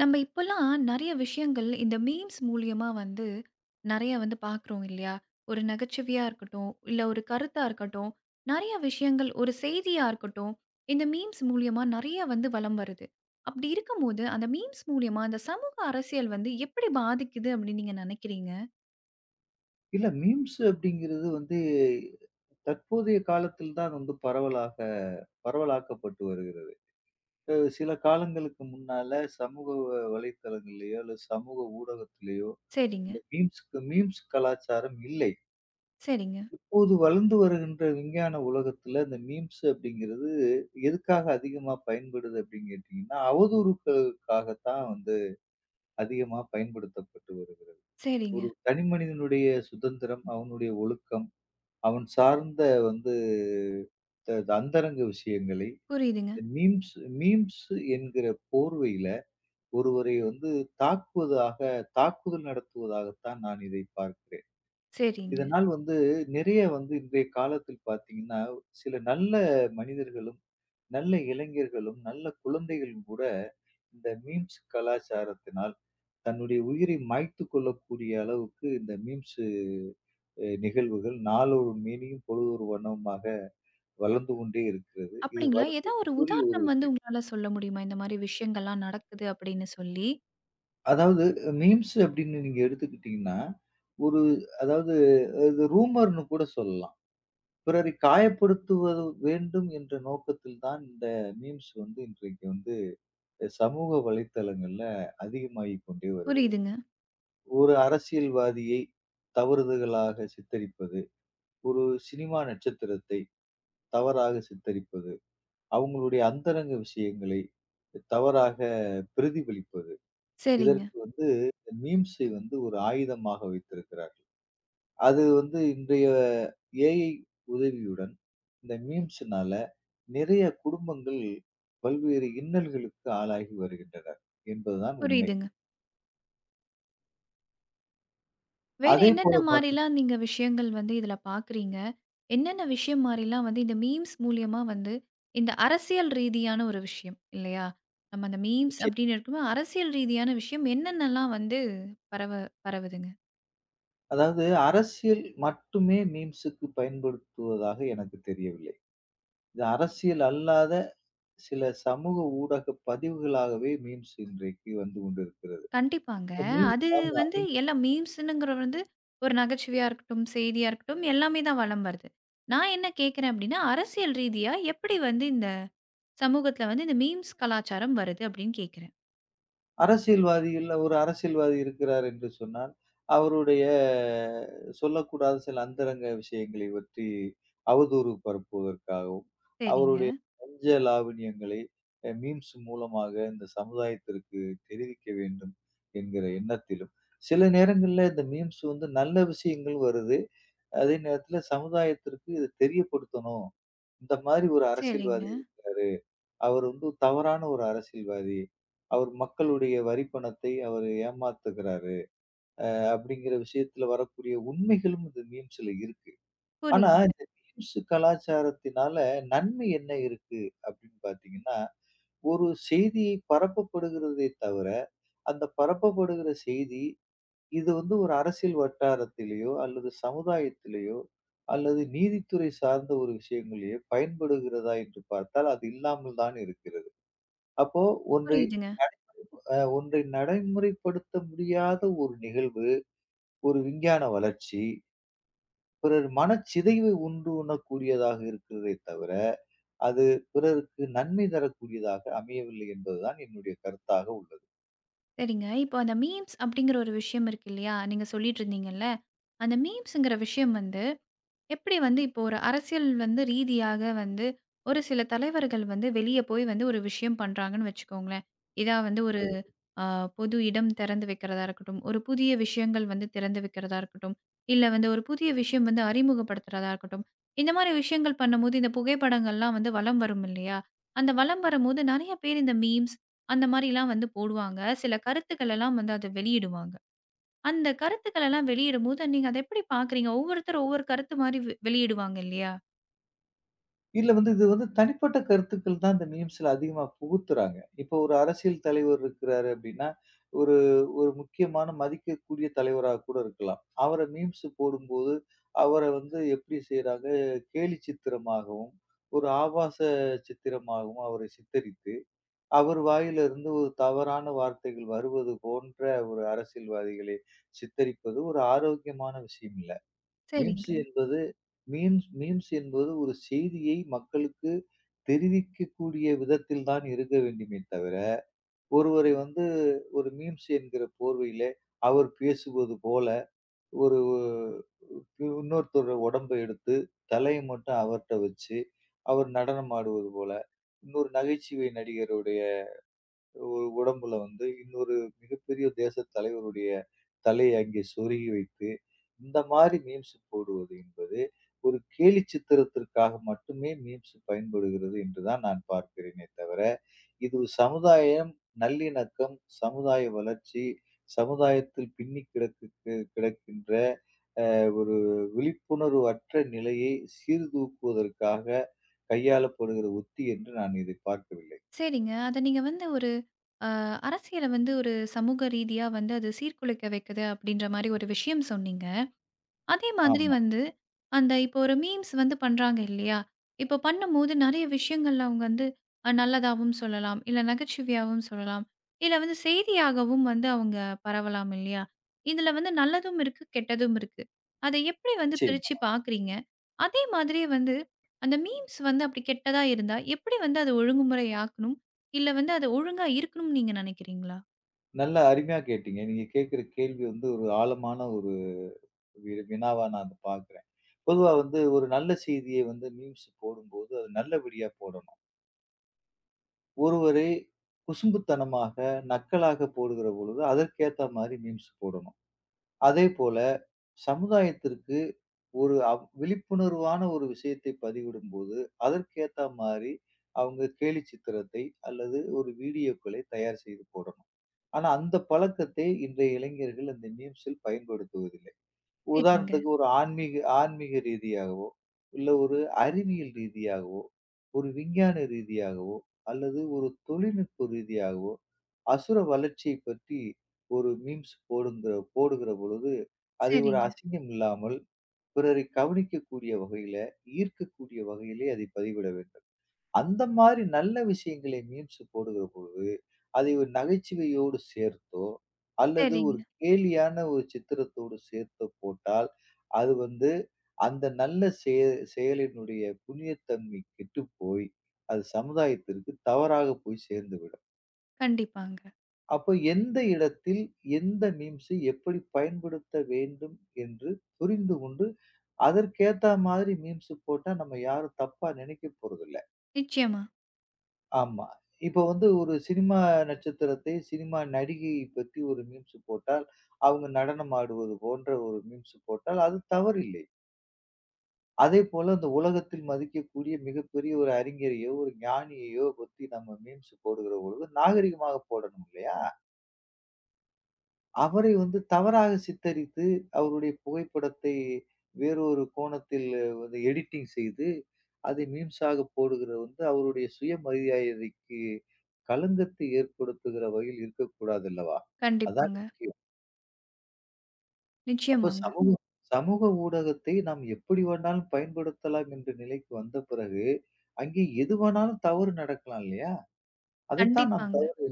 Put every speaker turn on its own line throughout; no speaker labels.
நம்ம இப்போலாம் நெறைய விஷயங்கள் இந்த மீம்ஸ் மூலியமா வந்து நெறைய வந்து பார்க்குறோம் இல்லையா? ஒரு நகைச்சுவையா இருக்கட்டும், இல்ல ஒரு கருத்தா இருக்கட்டும், நெறைய விஷயங்கள் ஒரு செய்தியா இருக்கட்டும், இந்த மீம்ஸ் மூலியமா நெறைய வந்து வலம் வருது. அப்படி இருக்கும்போது, அந்த மீம்ஸ் மூலியமா அந்த சமூக அரசியல் வந்து எப்படி பாதிக்குது அப்படின்னு நீங்க நெனைக்கிறீங்க?
இல்ல மீம்ஸ் அப்படிங்கிறது தற்போதைய காலத்தில் தான் பரவலாக பரவலாக்கப்பட்டு வருகிறது. சில காலங்களுக்கு முன்னால சமூக வலைத்தளங்கள்லயோ அல்லது சமூக ஊடகத்திலேயோ
சரிங்க,
இந்த மீம்ஸ் கலாச்சாரம் இல்லை.
சரிங்க,
இப்போது வளர்ந்து வருகின்ற விஞ்ஞான உலகத்துல இந்த மீம்ஸ் அப்படிங்கிறது எதுக்காக அதிகமா பயன்படுது அப்படின்னு கேட்டீங்கன்னா, அவதூறுகளுக்காகத்தான் அதிகமா பயன்படுத்தப்பட்டு வருகிறது.
சரிங்க.
ஒரு தனி மனிதனுடைய சுதந்திரம், அவனுடைய ஒழுக்கம், அவன் சார்ந்த வந்து அந்தரங்க விஷயங்களை
புரியுதுங்க.
மீம்ஸ் மீம்ஸ் என்கிற போர்வையில ஒருவரை தாக்குவதாக தாக்குதல் நடத்துவதாகத்தான் நான் இதை பார்க்கிறேன்.
சரிங்க.
இதனால் நிறைய இன்றைய காலத்தில் பார்த்தீங்கன்னா, சில நல்ல மனிதர்களும், நல்ல இளைஞர்களும், நல்ல குழந்தைகளும் கூட இந்த மீம்ஸ் கலாச்சாரத்தினால் தன்னுடைய உயிரை மாய்த்துக் கொள்ளக்கூடிய அளவுக்கு இந்த மீம்ஸ் நிகழ்வுகள் நாளொரு மேனியும் பொழுதொரு வண்ணமுமாக வளர்ந்து கொண்டே இருக்கிறது. இது
அப்படிங்களா? ஏதாவது ஒரு
வருத்தத்துக்குரிய ஒரு
உதாரணம் வந்து
விஷயம்.
உங்களால சொல்ல முடியுமா? இந்த மாரி விஷயங்கள்லாம் நடக்குது அப்படின்னு சொல்லி.
அதாவது மீம்ஸ் அப்படின்னு நீங்க எடுத்துக்கிட்டீங்கன்னா, ஒரு அதாவது இது ரூமர்ன்னு கூட சொல்லலாம். பிறரை காயப்படுத்துவது வேண்டும் என்ற நோக்கத்தில் தான் இந்த மீம்ஸ் இன்றைக்கு சமூக வலைத்தளங்கள்ல அதிகமாகிக் கொண்டே வருகிறது.
புரியுதுங்க.
ஒரு அரசியல்வாதியை தவறுதலாக சித்தரிப்பது, ஒரு சினிமா நட்சத்திரத்தை தவறாக சித்தரிப்பது, அவங்களுடைய அந்தரங்க விஷயங்களை தவறாக பிரதிபலிப்பது.
சரிங்க.
இதற்கு மீம்ஸை ஒரு ஆயுதமாக வைத்திருக்கிறார்கள். அது இன்றைய ஏஐ உதவியுடன் இந்த மீம்ஸ்னால நிறைய குடும்பங்கள் பல்வேறு இன்னல்களுக்கு ஆளாகி வருகின்றனர் என்பதுதான் உண்மை.
புரியுதுங்க. வேற
அதேபோல
என்னென்ன
பார்த்தீங்க,
மாரிலாம் நீங்க விஷயங்கள் வந்து இதுல பார்க்குறீங்க? என்னென்ன விஷயம் மாரிலாம் வந்து இந்த மீம்ஸ் மூலியமா வந்து இந்த அரசியல் ரீதியான ஒரு விஷயம் இல்லையா? நம்ம அந்த மீம்ஸ்
நிச்சயம்.
அப்படின்னு இருக்கும்போது அரசியல் ரீதியான விஷயம் என்னென்னலாம் வந்து பரவ பரவுதுங்க?
அதாவது அரசியல் மட்டுமே மீம்ஸுக்கு பயன்படுத்துவதாக எனக்கு தெரியவில்லை. இது அரசியல் அல்லாத சில சமூக ஊடக பதிவுகளாகவே மீம்ஸ் இன்றைக்கு வந்து கொண்டிருக்கிறது.
கண்டிப்பாங்க.
இந்த மீம்ஸ்
அது
ஆமா.
வந்து எல்லாம் மீம்ஸ்னுங்கிற வந்து ஒரு நகைச்சுவையா இருக்கட்டும், செய்தியா இருக்கட்டும் எல்லாமே தான் வலம் வருது. நான் என்ன கேட்கிறேன் அப்படின்னா, அரசியல் ரீதியா எப்படி வந்து இந்த சமூகத்துல வந்து இந்த மீம்ஸ் கலாச்சாரம் வருது அப்படின்னு கேட்கிறேன்.
அரசியல்வாதிகள்ல ஒரு அரசியல்வாதி இருக்கிறார் என்று சொன்னால், அவருடைய சொல்லக்கூடாத சில அந்தரங்க விஷயங்களை பற்றி அவதூறு பரப்புவதற்காகவும்,
சரிங்க,
அவருடைய பஞ்ச லாவண்யங்களை மீம்ஸ் மூலமாக இந்த சமுதாயத்திற்கு தெரிவிக்க வேண்டும் என்கிற எண்ணத்திலும், சில நேரங்கள்ல இந்த மீம்ஸ் நல்ல விஷயங்கள் வருது. அதே நேரத்தில சமுதாயத்திற்கு இத தெரியப்படுத்தணும். இந்த மாரி ஒரு அரசியல்வாதி
சரிங்க.
இருக்கிறாரு. அவர் தவறான ஒரு அரசியல்வாதி. அவர் மக்களுடைய வரி பணத்தை அவர் ஏமாத்துகிறாரு. அப்படிங்கிற விஷயத்துல வரக்கூடிய உண்மைகளும் இந்த மீம்ஸ்ல இருக்கு. ஆனா
புரியுதுங்க.
இந்த மீம்ஸ் கலாச்சாரத்தினால நன்மை என்ன இருக்கு அப்படின்னு பார்த்தீங்கன்னா, ஒரு செய்தி பரப்பப்படுகிறதே தவிர, அந்த பரப்பப்படுகிற செய்தி இது ஒரு அரசியல் வட்டாரத்திலேயோ, அல்லது சமுதாயத்திலேயோ, அல்லது நீதித்துறை சார்ந்த ஒரு விஷயங்களிலேயோ பயன்படுகிறதா என்று பார்த்தால் அது இல்லாமல் தான் இருக்கிறது. அப்போ ஒன்றை
புரியுதுங்க.
ஒன்றை நடைமுறைப்படுத்த முடியாத ஒரு நிகழ்வு, ஒரு விஞ்ஞான வளர்ச்சி, பிறர் மனச்சிதைவை உண்டு உண்ணக்கூடியதாக இருக்கிறதே தவிர, அது பிறருக்கு நன்மை தரக்கூடியதாக அமையவில்லை என்பதுதான் என்னுடைய கருத்தாக உள்ளது.
சரிங்க. இப்போ அந்த மீம்ஸ் அப்படிங்கிற ஒரு விஷயம் இருக்கு இல்லையா? நீங்க சொல்லிட்டு இருந்தீங்கல்ல. அந்த மீம்ஸ்ங்கிற விஷயம் வந்து எப்படி வந்து இப்போ ஒரு அரசியல் வந்து ரீதியாக வந்து ஒரு சில தலைவர்கள் வந்து வெளிய போய் வந்து ஒரு விஷயம் பண்றாங்கன்னு வச்சுக்கோங்களேன். இதா வந்து ஒரு ஆ, பொது இடம் திறந்து வைக்கிறதா இருக்கட்டும், ஒரு புதிய விஷயங்கள் வந்து திறந்து வைக்கிறதா இருக்கட்டும், இல்ல வந்து ஒரு புதிய விஷயம் வந்து அறிமுகப்படுத்துறதா இருக்கட்டும். இந்த மாரி விஷயங்கள் பண்ணும்போது, இந்த புகைப்படங்கள்லாம் வந்து வலம் வரும் இல்லையா? அந்த வலம் வரும்போது நெறைய பேர் இந்த மீம்ஸ் அந்த மாரிலாம் வந்து போடுவாங்க. சில கருத்துக்கள் எல்லாம் வந்து அத வெளியிடுவாங்க. அந்த கருத்துக்கள் எல்லாம் வெளியிடும்போது, நீங்க அத எப்படி பார்க்குறீங்க? ஒவ்வொருத்தர் ஒவ்வொரு கருத்து மாரி வெளியிடுவாங்க இல்லையா?
இல்ல இது தனிப்பட்ட கருத்துக்கள் தான் இந்த மீம்ஸ்ல அதிகமா புகுத்துறாங்க. இப்போ ஒரு அரசியல் தலைவர் இருக்கிறாரு அப்படின்னா, ஒரு ஒரு முக்கியமான மதிக்கக்கூடிய தலைவரா கூட இருக்கலாம். அவர மீம்ஸ் போடும்போது, அவர எப்படி செய்றாங்க, கேலி சித்திரமாகவும், ஒரு ஆபாச சித்திரமாகவும் அவரை சித்தரித்து, அவர் வாயிலிருந்து ஒரு தவறான வார்த்தைகள் வருவது போன்ற ஒரு அரசியல்வாதிகளை சித்தரிப்பது ஒரு ஆரோக்கியமான விஷயம் இல்ல. மீம்ஸ்
சரிங்க.
என்பது மீம்ஸ் மீம்ஸ் என்பது ஒரு செய்தியை மக்களுக்கு தெரிவிக்கக்கூடிய விதத்தில் தான் இருக்க வேண்டுமே தவிர, ஒருவரை ஒரு மீம்ஸ் என்கிற போர்வையிலே, அவர் பேசுவது போல ஒரு இன்னொருத்தரோட உடம்ப எடுத்து, தலைய மட்டும் அவர்ட்ட வச்சு, அவர் நடனம் ஆடுவது போல, இன்னொரு நகைச்சுவை நடிகருடைய ஒரு உடம்புல இன்னொரு மிகப்பெரிய தேசத் தலைவருடைய தலையை அங்கே சொருகி வைத்து, இந்த மாரி மீம்ஸ் போடுவது என்பது ஒரு கேலி சித்திரத்திற்காக மட்டுமே மீம்ஸ் பயன்படுகிறது என்று தான் நான் பார்க்கிறேனே தவிர, இது சமுதாயம் நல்லிணக்கம், சமுதாய வளர்ச்சி, சமுதாயத்தில் பின்னிக் கிடக்கு கிடக்கின்ற ஒரு விழிப்புணர்வு அற்ற நிலையை சீர்தூக்குவதற்காக கையாளப்படுகிற உத்தி என்று நான் இதை பார்க்கவில்லை.
சரிங்க. அத நீங்க வந்து ஒரு அ அரசியல வந்து ஒரு சமூக ரீதியா வந்து அது சீர்குலைக்க வைக்குது அப்படின்ற மாரி ஒரு விஷயம் சொன்னீங்க. அதே மாதிரி
ஆமா,
வந்து, அந்த இப்போ ஒரு மீம்ஸ் வந்து பண்றாங்க இல்லையா? இப்ப பண்ணும்போது நெறைய விஷயங்கள்ல அவங்க வந்து நல்லதாவும் சொல்லலாம். இல்ல நகைச்சுவையாவும் சொல்லலாம். இல்ல வந்து செய்தியாகவும் வந்து அவங்க பரவலாம் இல்லையா? இதுல வந்து நல்லதும் இருக்கு, கெட்டதும் இருக்கு. அத எப்படி வந்து
நிச்சயமா.
பிரிச்சு பார்க்குறீங்க? அதே மாதிரி வந்து அந்த மீம்ஸ் வந்து அப்படி கெட்டதா இருந்தா, எப்படி வந்து அத ஒழுங்குமுறை ஆக்கணும்? இல்ல வந்து அது ஒழுங்கா இருக்கணும்னு நீங்க நினைக்கிறீங்களா?
நல்லா அருமையா கேட்டீங்க. நீங்க கேட்கிற கேள்வி ஒரு ஆழமான ஒரு வினாவா நான் அத பார்க்கிறேன். பொதுவா ஒரு நல்ல செய்திய மீம்ஸ் போடும்போது, அது நல்லபடியா போடணும். ஒருவரை குசும்புத்தனமாக, நக்கலாக போடுகிற பொழுது, அதற்கேத்த மாரி மீம்ஸ் போடணும். அதேபோல சமுதாயத்திற்கு ஒரு விழிப்புணர்வான ஒரு விஷயத்தை பதிவிடும்போது, அதற்கேத்த மாரி அவங்க கேலிச்சித்திரத்தை அல்லது ஒரு வீடியோக்களை தயார் செய்து போடணும். ஆனா அந்த பழக்கத்தை இன்றைய இளைஞர்கள் அந்த மீம்ஸில் பயன்படுத்துவதில்லை.
சரிங்க,
உதாரணத்துக்கு ஒரு ஆன்மீக ஆன்மீக ரீதியாகவோ, இல்ல ஒரு அறிவியல் ரீதியாகவோ, ஒரு விஞ்ஞான ரீதியாகவோ, அல்லது ஒரு தொழில்நுட்ப ரீதியாகவோ, அசுர வளர்ச்சியைப் பற்றி ஒரு மீம்ஸ் போடுகிற பொழுது, அதை ஒரு
சரிங்க,
அசிங்கம் இல்லாமல், பிறரை கவனிக்கக்கூடிய வகையில, ஈர்க்கக்கூடிய வகையிலே அதை பதிவிட வேண்டும். அந்த மாதிரி நல்ல விஷயங்களை மீம்ஸ் போடுகிற பொழுது, அதை ஒரு நகைச்சுவையோடு சேர்த்தோ, அல்லது ஒரு
சரிங்க.
கேலியான ஒரு சித்திரத்தோடு சேர்த்து போட்டால், அது அந்த நல்ல செயலினுடைய புண்ணியத்தன்மை கெட்டுப்போய், அது சமுதாயத்திற்கு தவறாக போய் சேர்ந்துவிடும்.
கண்டிப்பாங்க.
அப்போ எந்த இடத்தில் எந்த மீம்ஸை எப்படி பயன்படுத்த வேண்டும் என்று புரிந்து கொண்டு, அதற்கேத்த மாதிரி மீம்ஸ் போட்டா நம்ம யாரும் தப்பா நினைக்க போறதில்ல.
நிச்சயமா.
ஆமா. இப்போ ஒரு சினிமா நட்சத்திரத்தை, சினிமா நடிகையை பற்றி ஒரு மீம்ஸ் போட்டால், அவங்க நடனம் ஆடுவது போன்ற ஒரு மீம்ஸ் போட்டால், அது தவறில்லை. அதேபோல இந்த உலகத்தில் மதிக்கக்கூடிய மிகப்பெரிய ஒரு அறிஞரையோ, ஒரு ஞானியையோ பத்தி நம்ம மீம்ஸ் போடுகிற பொழுது நாகரிகமாக போடணும் இல்லையா? அவரை தவறாக சித்தரித்து, அவருடைய புகைப்படத்தை வேறொரு கோணத்தில் எடிட்டிங் செய்து, அதை மீம்ஸாக போடுகிறது அவருடைய சுயமரியாதைக்கு களங்கத்தை ஏற்படுத்துகிற வகையில் இருக்கக்கூடாது அல்லவா? அதான்
கண்டிப்பாங்க.
முக்கியம். அப்போ
நிச்சயமாங்க.
சமூக சமூக ஊடகத்தை நாம் எப்படி வேணாலும் பயன்படுத்தலாம் என்ற நிலைக்கு வந்த பிறகு, அங்கே எது வேணாலும் தவறு நடக்கலாம் இல்லையா? அதைத்தான் நாம்
கண்டிப்பாங்க.
தவறு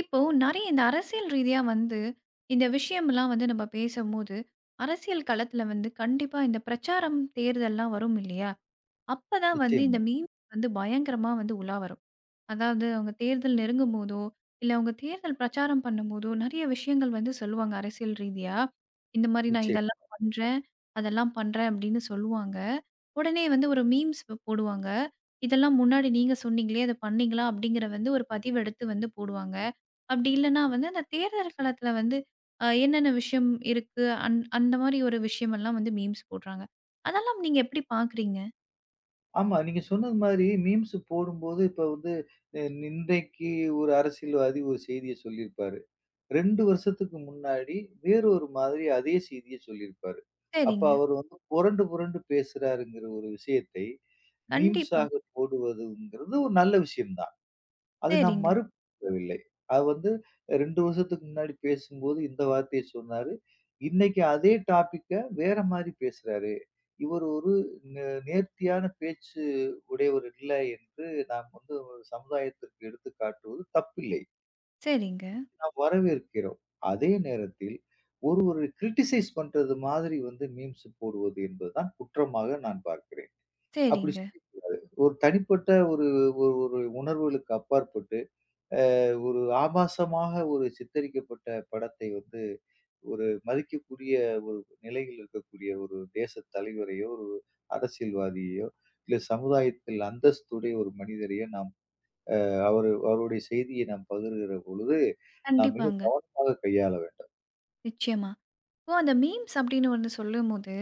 இப்போ நெறைய இந்த அரசியல் ரீதியா வந்து, இந்த விஷயம்லாம் வந்து நம்ம பேசும்போது, அரசியல் களத்துல வந்து கண்டிப்பா இந்த பிரச்சாரம், தேர்தல்லாம் வரும் இல்லையா? அப்பதான் வந்து
நிச்சயமா,
இந்த வந்து பயங்கரமா வந்து உலா வரும். அதாவது அவங்க தேர்தல் நெருங்கும்போதோ, இல்ல அவங்க தேர்தல் பிரச்சாரம் பண்ணும்போதோ, நெறைய விஷயங்கள் வந்து சொல்லுவாங்க அரசியல் ரீதியா. இந்த மாரி நான்
நிச்சயம்.
இதெல்லாம் பண்றேன், அதெல்லாம் பண்றேன் அப்படின்னு சொல்லுவாங்க. உடனே வந்து ஒரு மீம்ஸ் போடுவாங்க. இதெல்லாம் முன்னாடி நீங்க சொன்னீங்களே, அத பண்ணீங்களா? அப்படிங்கிற வந்து ஒரு பதிவெடுத்து வந்து போடுவாங்க. அப்படி இல்லன்னா வந்து அந்த தேர்தல் காலத்துல வந்து என்னென்ன விஷயம் இருக்கு? அந்த மாரி ஒரு விஷயமெல்லாம் வந்து மீம்ஸ் போடுறாங்க. அதெல்லாம் நீங்க எப்படி பார்க்குறீங்க?
ஆமா. நீங்க சொன்னது மாதிரி மீம்ஸ் போடும்போது, இப்ப அ இன்றைக்கு ஒரு அரசியல்வாதி ஒரு செய்திய சொல்லியிருப்பாரு. 2 வருஷத்துக்கு முன்னாடி வேறொரு மாதிரி அதே செய்திய சொல்லியிருப்பாரு. அப்ப
சரிங்க.
அவர் புரண்டு பேசுறாருங்கிற ஒரு விஷயத்தை
கண்டிப்பா.
மீம்ஸாக போடுவதுங்கிறது ஒரு நல்ல விஷயம் தான். அது நாம்
சரிங்க,
மறுக்கவில்லை. அது 2 வருஷத்துக்கு முன்னாடி பேசும்போது இந்த வார்த்தைய சொன்னாரு. இன்னைக்கு அதே டாபிக்க வேற மாரி பேசுறாரு. இவர் ஒரு நே நேர்த்தியான பேச்சு உடையவர் இல்லை என்று நாம் ஒரு சமுதாயத்திற்கு எடுத்துக் காட்டுவது தப்பில்லை.
சரிங்க,
நாம் வரவேற்கிறோம். அதே நேரத்தில் ஒருவரை கிரிட்டிசைஸ் பண்றது மாதிரி மீம்ஸ் போடுவது என்பதுதான் குற்றமாக நான் பார்க்கிறேன். அப்படி
சரிங்க.
செய்ய ஒரு தனிப்பட்ட ஒரு ஒரு ஒரு உணர்வுகளுக்கு அப்பாற்பட்டு, ஒரு ஆபாசமாக ஒரு சித்தரிக்கப்பட்ட படத்தை மதிக்கக்கூடிய ஒரு நிலையில் இருக்கக்கூடிய ஒரு தேசத் தலைவரையோ, ஒரு அரசியல்வாதியையோ, இல்ல சமுதாயத்தில் அந்தஸ்துடைய ஒரு மனிதரையோ நாம் அவருடைய செய்தியை நாம் பகிர்கிற பொழுது, நாம் மிக
கண்டிப்பாங்க.
கவனமாக கையாள வேண்டும்.
நிச்சயமா. இப்போ அந்த மீம்ஸ் அப்படின்னு வந்து சொல்லும்போது,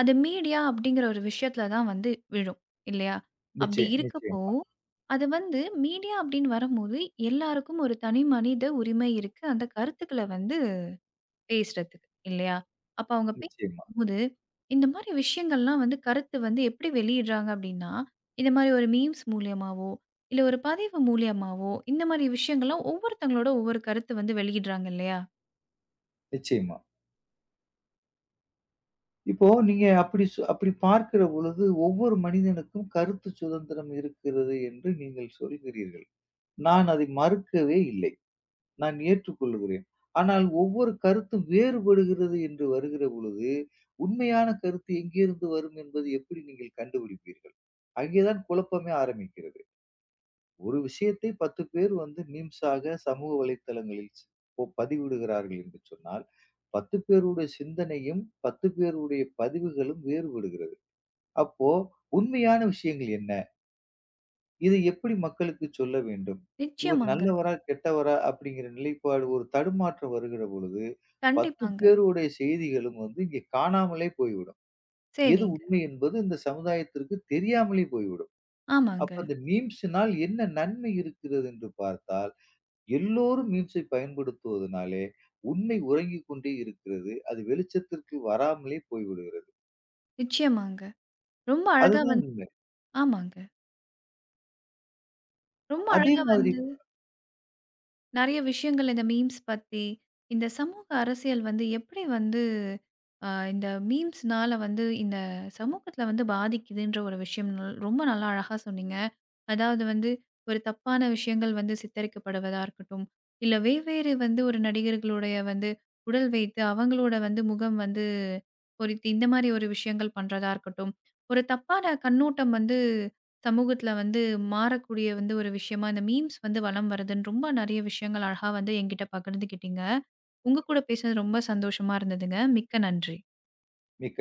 அது மீடியா அப்படிங்கிற ஒரு விஷயத்துல தான் வந்து விழும். இல்லையா? அப்படி
நிச்சயம்,
இருக்கப்போ, அது வந்து மீடியா அப்படின்னு வரும்போது, எல்லாருக்கும் ஒரு தனி மனித உரிமை இருக்கு. அந்த கருத்துக்கள வந்து பேசுறதுக்கு. இல்லையா? அப்ப அவங்க
நிச்சயமா,
பேசும்போது, இந்த மாரி விஷயங்கள்லாம் வந்து கருத்து வந்து எப்படி வெளியிடுறாங்க அப்படின்னா, இந்த மாரி ஒரு மீம்ஸ் மூலியமாவோ, இல்ல ஒரு பதிவு மூலியமாவோ, இந்த மாரி விஷயங்கள்லாம் ஒவ்வொருத்தவங்களோட ஒவ்வொரு கருத்து வந்து வெளியிடுறாங்க இல்லையா?
நிச்சயமா. இப்போ நீங்க அப்படி அப்படி பார்க்கிற பொழுது, ஒவ்வொரு மனிதனுக்கும் கருத்து சுதந்திரம் இருக்கிறது என்று நீங்கள் சொல்கிறீர்கள். நான் அதை மறுக்கவே இல்லை. நான் ஏற்றுக்கொள்கிறேன். ஆனால் ஒவ்வொரு கருத்தும் வேறுபடுகிறது என்று வருகிற பொழுது, உண்மையான கருத்து எங்கிருந்து வரும் என்பது எப்படி நீங்கள் கண்டுபிடிப்பீர்கள்? அங்கே தான் குழப்பமே ஆரம்பிக்கிறது. ஒரு விஷயத்தை 10 பேர் மீம்ஸாக சமூக வலைத்தளங்களில் பதிவிடுகிறார்கள் என்று சொன்னால், 10 பேருடைய சிந்தனையும், 10 பேருடைய பதிவுகளும் வேறுபடுகிறது. அப்போ உண்மையான விஷயங்கள் என்ன? இதை எப்படி மக்களுக்கு சொல்ல வேண்டும்? இவர்
நிச்சயமாங்க.
நல்லவரா? கெட்டவரா? அப்படிங்கிற நிலைப்பாடு ஒரு தடுமாற்றம் வருகிற பொழுது, 10
கண்டிப்பாங்க.
பேருடைய செய்திகளும் இங்கே காணாமலே போய்விடும். எது
சரிங்க.
உண்மை என்பது இந்த சமுதாயத்திற்கு தெரியாமலே போய்விடும். அப்ப
ஆமாங்க.
அந்த மீம்ஸினால் என்ன நன்மை இருக்கிறது என்று பார்த்தால் எல்லோரும் மீம்ஸை பயன்படுத்துவதனாலே, உண்மை உறங்கிக் கொண்டே இருக்கிறது. அது வெளிச்சத்திற்கு வராமலே போய்விடுகிறது.
நிச்சயமாங்க. ரொம்ப அழகா
அதுதான்
வந்து
உண்மை.
ஆமாங்க. ரொம்ப
அதே
அழகா
மாதிரி
வந்து நெறைய விஷயங்கள் இந்த மீம்ஸ் பத்தி, இந்த சமூக அரசியல் வந்து எப்படி வந்து இந்த மீம்ஸ்னால வந்து இந்த சமூகத்தில வந்து பாதிக்குதுன்ற ஒரு விஷயம் ரொம்ப நல்லா அழகா சொன்னீங்க. அதாவது வந்து, ஒரு தப்பான விஷயங்கள் வந்து சித்தரிக்கப்படுவதா இருக்கட்டும், இல்ல வெவ்வேறு வந்து ஒரு நடிகர்களுடைய வந்து உடல் வைத்து, அவங்களோட வந்து முகம் வந்து பொறித்து இந்த மாரி ஒரு விஷயங்கள் பண்றதா இருக்கட்டும், ஒரு தப்பான கண்ணோட்டம் வந்து சமூகத்துல வந்து மாறக்கூடிய வந்து ஒரு விஷயமா இந்த மீம்ஸ் வந்து வலம் வருதுன்னு ரொம்ப நெறைய விஷயங்கள் அழகா வந்து என்கிட்ட பகிர்ந்துக்கிட்டீங்க. உங்க கூட பேசினது ரொம்ப சந்தோஷமா இருந்ததுங்க. மிக்க நன்றி.
மிக்க